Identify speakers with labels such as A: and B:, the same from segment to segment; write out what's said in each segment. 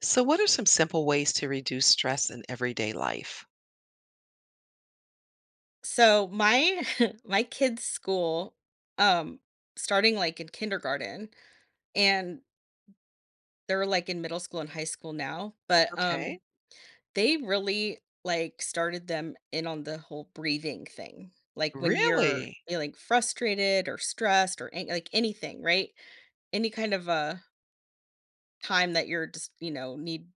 A: So, what are some simple ways to reduce stress in everyday life?
B: So my my kids' school, um, starting like in kindergarten, and they're like in middle school and high school now, but
A: Okay.
B: they really like started them in on the whole breathing thing. Like when you're
A: Really?
B: feeling frustrated or stressed or like anything, right? Any kind of a time that you're just you know need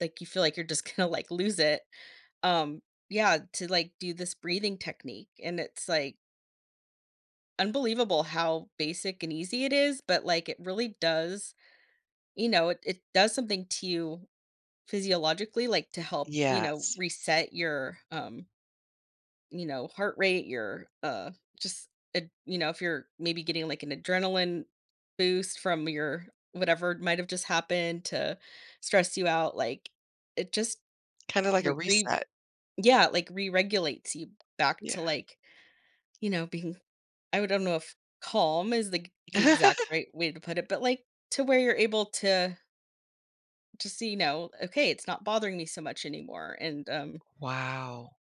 B: like you feel like you're just gonna like lose it. Um, yeah, to like do this breathing technique, and it's like unbelievable how basic and easy it is, but, like, it really does, it does something to you physiologically, like, to help, you know,
A: Yes.
B: reset your, you know, heart rate, your, just ad you know, if you're maybe getting, like, an adrenaline boost from your whatever might have just happened to stress you out, like, it just
A: Kind of like a
B: re re
A: reset.
B: yeah, like, re-regulates you back
A: Yeah.
B: to, like, you know, being I would don't know if calm is the exact right way to put it, but, like, to where you're able to just see, you know, "Okay, it's not bothering me so much anymore," and,
A: Wow.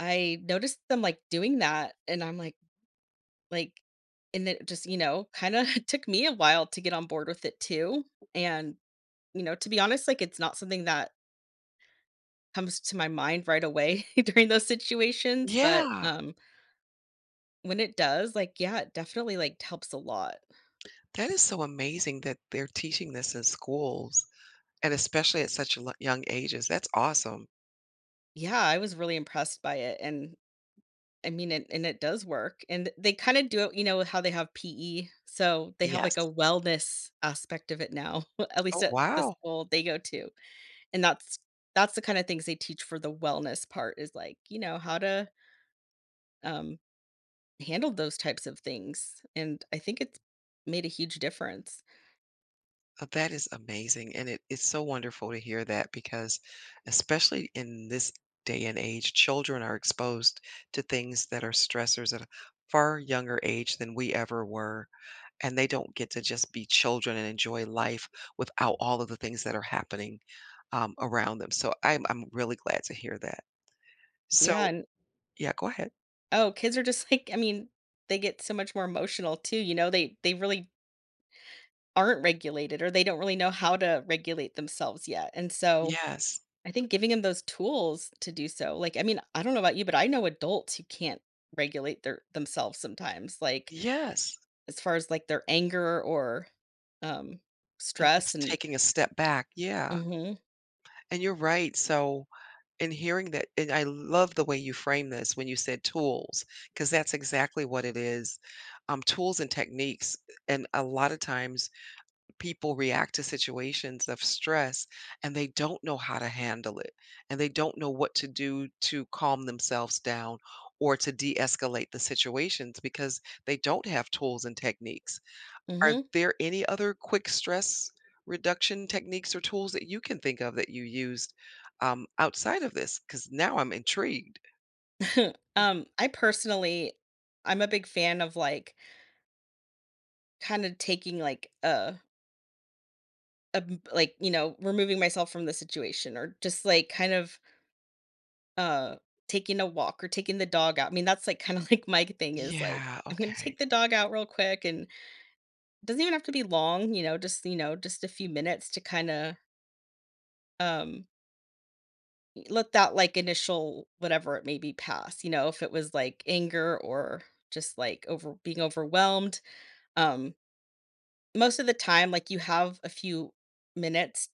B: I noticed them, like, doing that, and I'm like and it just, you know, kinda took me a while to get on board with it too, and, you know, to be honest, like, it's not something that comes to my mind right away during those situations, but,
A: Yeah.
B: when it does, like, yeah, it definitely, like, helps a lot.
A: That is so amazing that they're teaching this in schools and especially at such young ages. That's awesome.
B: Yeah, I was really impressed by it, and I mean, and it does work, and they kinda do it you know, how they have PE, so they have, like, a
A: Yes.
B: wellness aspect of it now, at least
A: Oh,
B: at the
A: wow.
B: school they go to, and that's the kinda things they teach for the wellness part is, like, you know, how to, um, handle those types of things, and I think it's made a huge difference.
A: That is amazing. And it's so wonderful to hear that because, especially in this day and age, children are exposed to things that are stressors at a far younger age than we ever were. And they don't get to just be children and enjoy life without all of the things that are happening around them. So I'm really glad to hear that.
B: Yeah,
A: So,
B: and
A: yeah, go ahead.
B: oh, kids are just, like I mean, they get so much more emotional too, you know, they really aren't regulated or they don't really know how to regulate themselves yet, and so
A: Yes.
B: I think giving them those tools to do so, like, I mean, I don't know about you, but I know adults who can't regulate their themselves sometimes, like,
A: Yes.
B: as far as, like, their anger or, um,
A: And
B: stress
A: just
B: and
A: taking a step back. Yeah.
B: Mhm,
A: And you're right. So, and hearing that, and I love the way you frame this when you said tools, because that's exactly what it is. Tools and techniques, and a lot of times people react to situations of stress, and they don't know how to handle it, and they don't know what to do to calm themselves down or to de-escalate the situations because they don't have tools and techniques. Are
B: mhm.
A: there any other quick stress reduction techniques or tools that you can think of that you used, outside of this? Because now I'm intrigued.
B: I personally I'm a big fan of, like, kinda taking, like, a m like, you know, removing myself from the situation or just, like, kind of, uh, taking a walk or taking the dog out. I mean, that's, like, kinda, like, my thing is, like,
A: Yeah,
B: "I'm gonna
A: okay.
B: take the dog out real quick and" doesn't even have to be long, you know, just a few minutes to kind of um let that like initial whatever it may be pass, you know, if it was like anger or just like over being overwhelmed. Um Most of the time like you have a few minutes,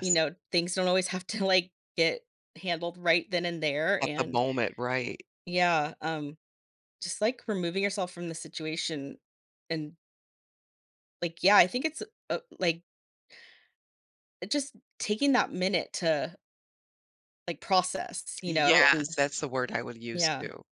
B: you know, things don't always have to like get handled right then and there
A: At the
B: and
A: moment, right.
B: yeah, just like removing yourself from the situation and like yeah, I think it's like just taking that minute to like, process, you know, and
A: Yes, that's the word I would use
B: yeah.
A: too.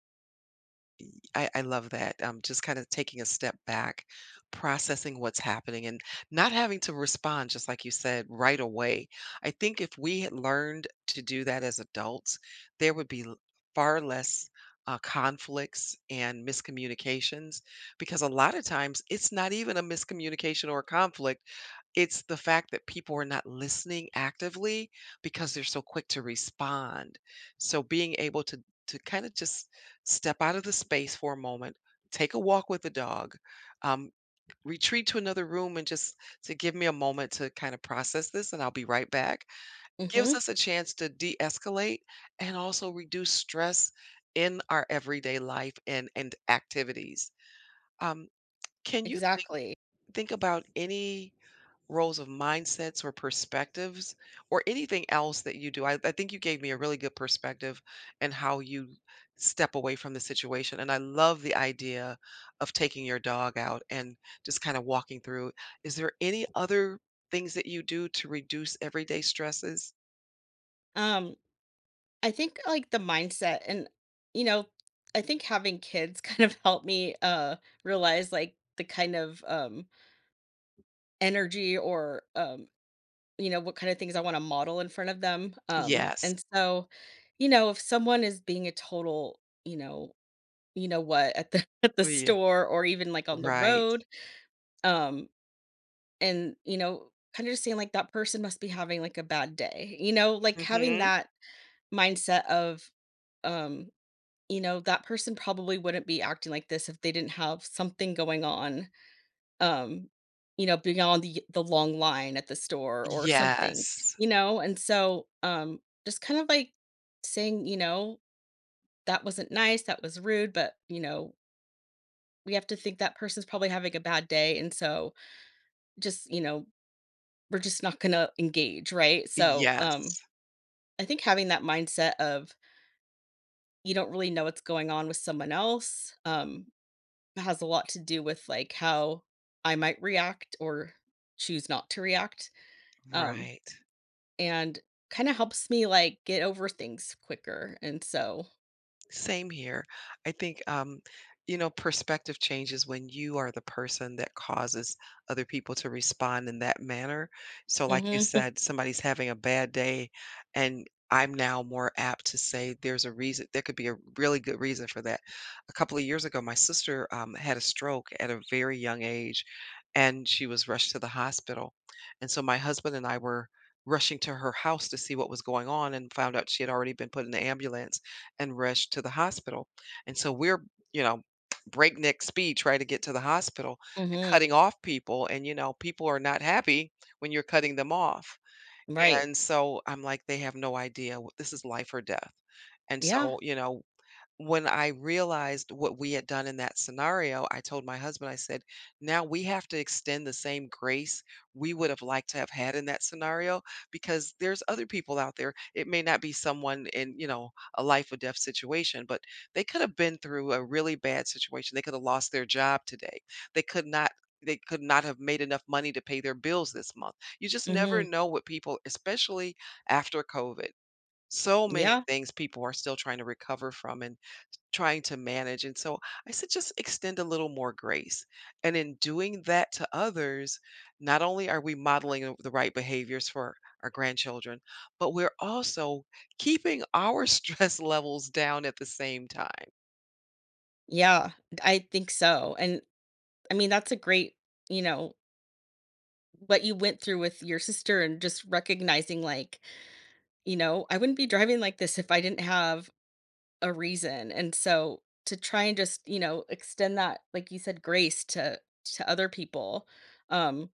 A: I love that. Just kind of taking a step back, processing what's happening, and not having to respond, just like you said, right away. I think if we had learned to do that as adults, there would be far less conflicts and miscommunications, because a lot of times it's not even a miscommunication or a conflict. It's the fact that people are not listening actively because they're so quick to respond. So being able to kind of just step out of the space for a moment, take a walk with the dog, um, retreat to another room and just to give me a moment to kind of process this, and I'll be right back, gives
B: Mhm.
A: us a chance to de escalate and also reduce stress in our everyday life and activities. Um, can
B: Exactly.
A: think about any roles of mindsets or perspectives or anything else that you do. I think you gave me a really good perspective and how you step away from the situation. And I love the idea of taking your dog out and just kind of walking through. Is there any other things that you do to reduce everyday stresses?
B: Um, I think, like, the mindset and, you know, I think having kids kind of helped me, realize, like, the kind of, energy or, you know, what kind of things I wanna model in front of them,
A: Yes.
B: and so, you know, if someone is being a total, you know what, at the at the
A: Yeah.
B: store or even, like, on the
A: Right.
B: road, um and you know kind of just saying like that person must be having like a bad day you know like having
A: Hmm.
B: that mindset of um you know that person probably wouldn't be acting like this if they didn't have something going on um you know beyond the long line at the store or something
A: Yes.
B: you know and so just kind of like saying you know that wasn't nice that was rude but you know we have to think that person's probably having a bad day and so just you know we're just not gonna engage, right? So,
A: Yes.
B: I think having that mindset of you don't really know what's going on with someone else, has a lot to do with like how I might react or choose not to react. Um,
A: Right.
B: and kind of helps me like get over things quicker. And so,
A: Same here. I think, you know, perspective changes when you are the person that causes other people to respond in that manner. So, like you
B: hmm
A: said, somebody's having a bad day, and I'm now more apt to say there's a reason. There could be a really good reason for that. A couple of years ago, my sister had a stroke at a very young age, and she was rushed to the hospital. And so, my husband and I were rushing to her house to see what was going on and found out she had already been put in the ambulance and rushed to the hospital. And so we're, you know, breakneck speed trying to get to the hospital and
B: hmm
A: cutting off people. And, you know, people are not happy when you're cutting them off.
B: right.
A: And so I'm like, they have no idea. This is life or death. And
B: Yeah.
A: so, you know, when I realized what we had done in that scenario, I told my husband, I said, "Now we have to extend the same grace we would have liked to have had in that scenario, because there's other people out there. It may not be someone in, you know, a life or death situation, but they could have been through a really bad situation. They could have lost their job today. They could not they could not have made enough money to pay their bills this month. You just never
B: Hmm.
A: know what people, especially after COVID. So many
B: Yeah.
A: things people are still trying to recover from and trying to manage, and so I said, "Just extend a little more grace." And in doing that to others, not only are we modeling of the right behaviors for our grandchildren, but we're also keeping our stress levels down at the same time.
B: Yeah, I think so. And I mean, that's a great, you know, what you went through with your sister and just recognizing like you know, I wouldn't be driving like this if I didn't have a reason, and so to try and just, you know, extend that, like you said, grace to other people, um,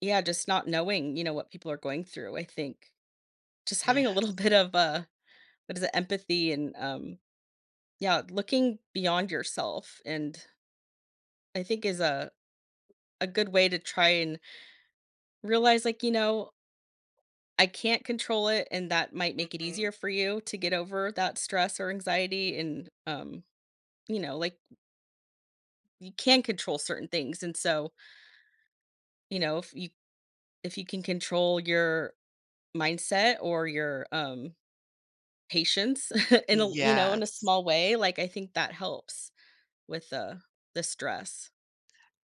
B: yeah, just not knowing, you know, what people are going through, I think just
A: Yeah,
B: having a little bit of, what is it, empathy and, yeah, looking beyond yourself, and I think is a good way to try and realize, like, you know, I can't control it, and that might make it
A: mhm.
B: easier for you to get over that stress or anxiety, and, you know, like you can control certain things. And so, you know, if you can control your mindset or your patience in a you know, in a
A: Yes.
B: small way, like I think that helps with the stress.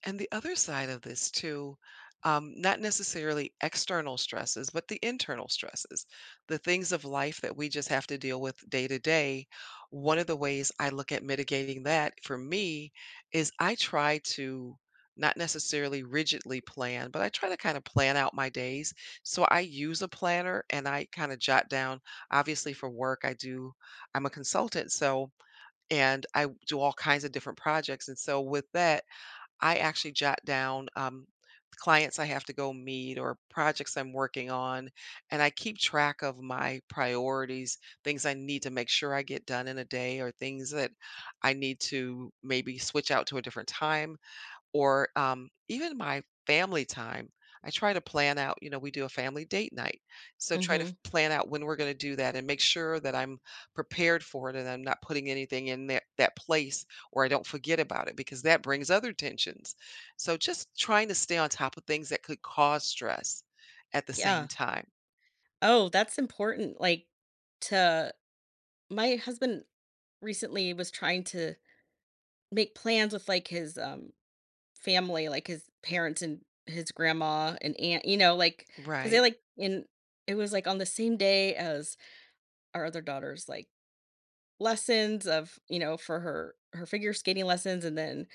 A: And the other side of this too, not necessarily external stresses, but the internal stresses, the things of life that we just have to deal with day to day. One of the ways I look at mitigating that for me is I try to not necessarily rigidly plan, but I try to kind of plan out my days. So I use a planner and I kind of jot down, obviously for work, I'm a consultant. And I do all kinds of different projects. And so with that, I actually jot down clients I have to go meet or projects I'm working on, and I keep track of my priorities, things I need to make sure I get done in a day, or things that I need to maybe switch out to a different time or even my family time. I try to plan out, you know, we do a family date night. So try to
B: Mhm.
A: plan out when we're going to do that and make sure that I'm prepared for it and I'm not putting anything in that place or I don't forget about it because that brings other tensions. So just trying to stay on top of things that could cause stress at the same
B: Yeah.
A: time.
B: Oh, that's important like to my husband recently was trying to make plans with like his family like his parents and his grandma and aunt you know like because they
A: Right.
B: like in it was like on the same day as our other daughter's like lessons of you know for her her figure skating lessons and then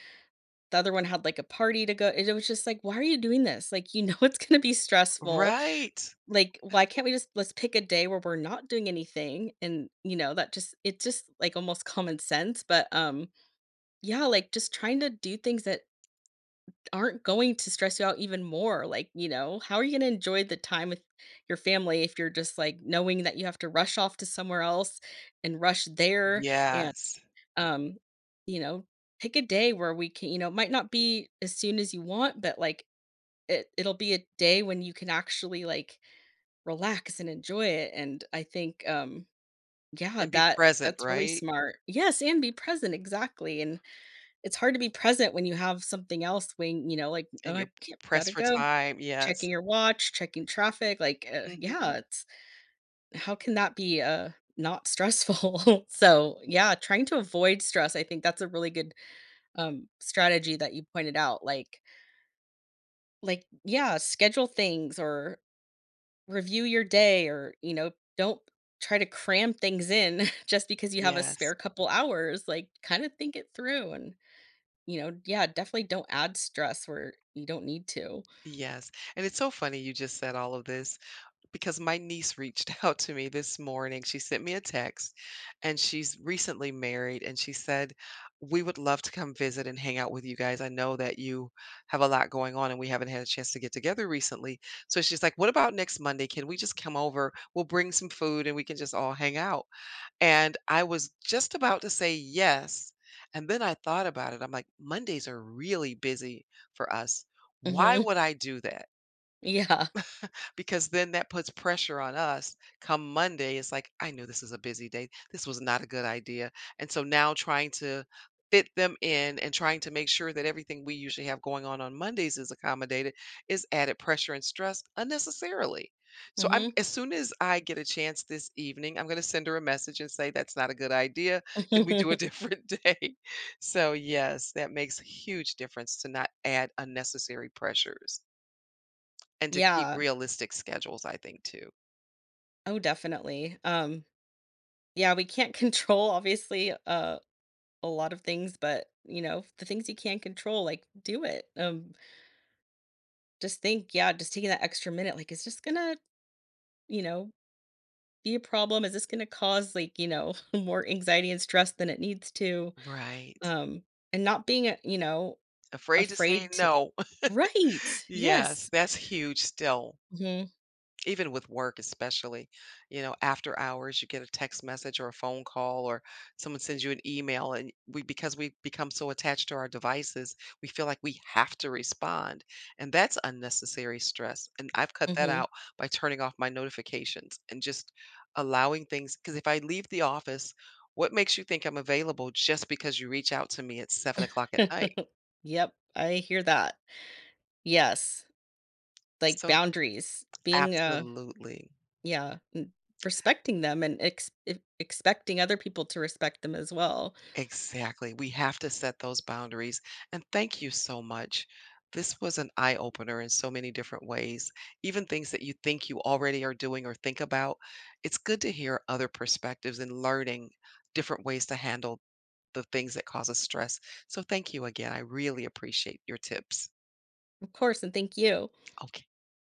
B: the other one had like a party to go it was just like why are you doing this like you know it's going to be stressful
A: Right.
B: like why can't we just let's pick a day where we're not doing anything and you know that just it's just like almost common sense but yeah like just trying to do things that aren't going to stress you out even more like you know how are you going to enjoy the time with your family if you're just like knowing that you have to rush off to somewhere else and rush there and
A: Yes.
B: Um, you know, pick a day where we can, you know, it might not be as soon as you want, but like it it'll be a day when you can actually like relax and enjoy it. And I think yeah,
A: And be
B: that
A: present,
B: that's really
A: right?
B: smart. Yes, and be present exactly. And it's hard to be present when you have something else weighing, you know, like oh,
A: And
B: I
A: you're
B: can't, gotta
A: pressed for
B: go.
A: time.
B: Checking
A: Yes.
B: your watch, checking traffic, like
A: Hmm.
B: yeah, it's how can that be not stressful? So yeah, trying to avoid stress. I think that's a really good strategy that you pointed out like yeah schedule things or review your day or you know don't try to cram things in just because you have a
A: Yes.
B: spare couple hours like kind of think it through and you know yeah definitely don't add stress where you don't need to
A: Yes, and it's so funny you just said all of this because my niece reached out to me this morning. She sent me a text and she's recently married and she said, "We would love to come visit and hang out with you guys. I know that you have a lot going on and we haven't had a chance to get together recently." So she's like, "What about next Monday? Can we just come over? We'll bring some food and we can just all hang out." And I was just about to say yes, and then I thought about it. I'm like, "Mondays are really busy for us." Why
B: hmm
A: would I do that?
B: yeah
A: Because then that puts pressure on us. Come Monday, it's like, I knew this is a busy day. This was not a good idea. And so now trying to fit them in and trying to make sure that everything we usually have going on Mondays is accommodated is added pressure and stress unnecessarily. So I'm
B: hmm
A: as soon as I get a chance this evening, I'm going to send her a message and say that's not a good idea. Can we do a different day? So yes, that makes a huge difference to not add unnecessary pressures. And to keep
B: yeah
A: realistic schedules, I think, too.
B: oh definitely yeah we can't control obviously a lot of things, but you know, the things you can't control, like do it. Just think, yeah, just taking that extra minute, like, is this gonna, you know, be a problem? Is this gonna cause like, you know, more anxiety and stress than it needs to?
A: Right.
B: Um, and not being, you know,
A: Afraid to say
B: afraid to,
A: no.
B: right?
A: Yes,
B: Yes.
A: that's huge still.
B: Hmm.
A: Even with work, especially, you know, after hours, you get a text message or a phone call, or someone sends you an email, and we because we become so attached to our devices, we feel like we have to respond, and that's unnecessary stress. And I've cut that
B: Hmm.
A: out by turning off my notifications and just allowing things. Because if I leave the office, what makes you think I'm available just because you reach out to me at 7 o'clock at night?
B: Yep, I hear that. Yes, like
A: So,
B: boundaries, being
A: absolutely.
B: yeah, respecting them and expecting other people to respect them as well.
A: Exactly. We have to set those boundaries. And thank you so much. This was an eye opener in so many different ways, even things that you think you already are doing or think about. It's good to hear other perspectives and learning different ways to handle the things that cause us stress. So thank you again. I really appreciate your tips.
B: Of course, and thank you.
A: Okay.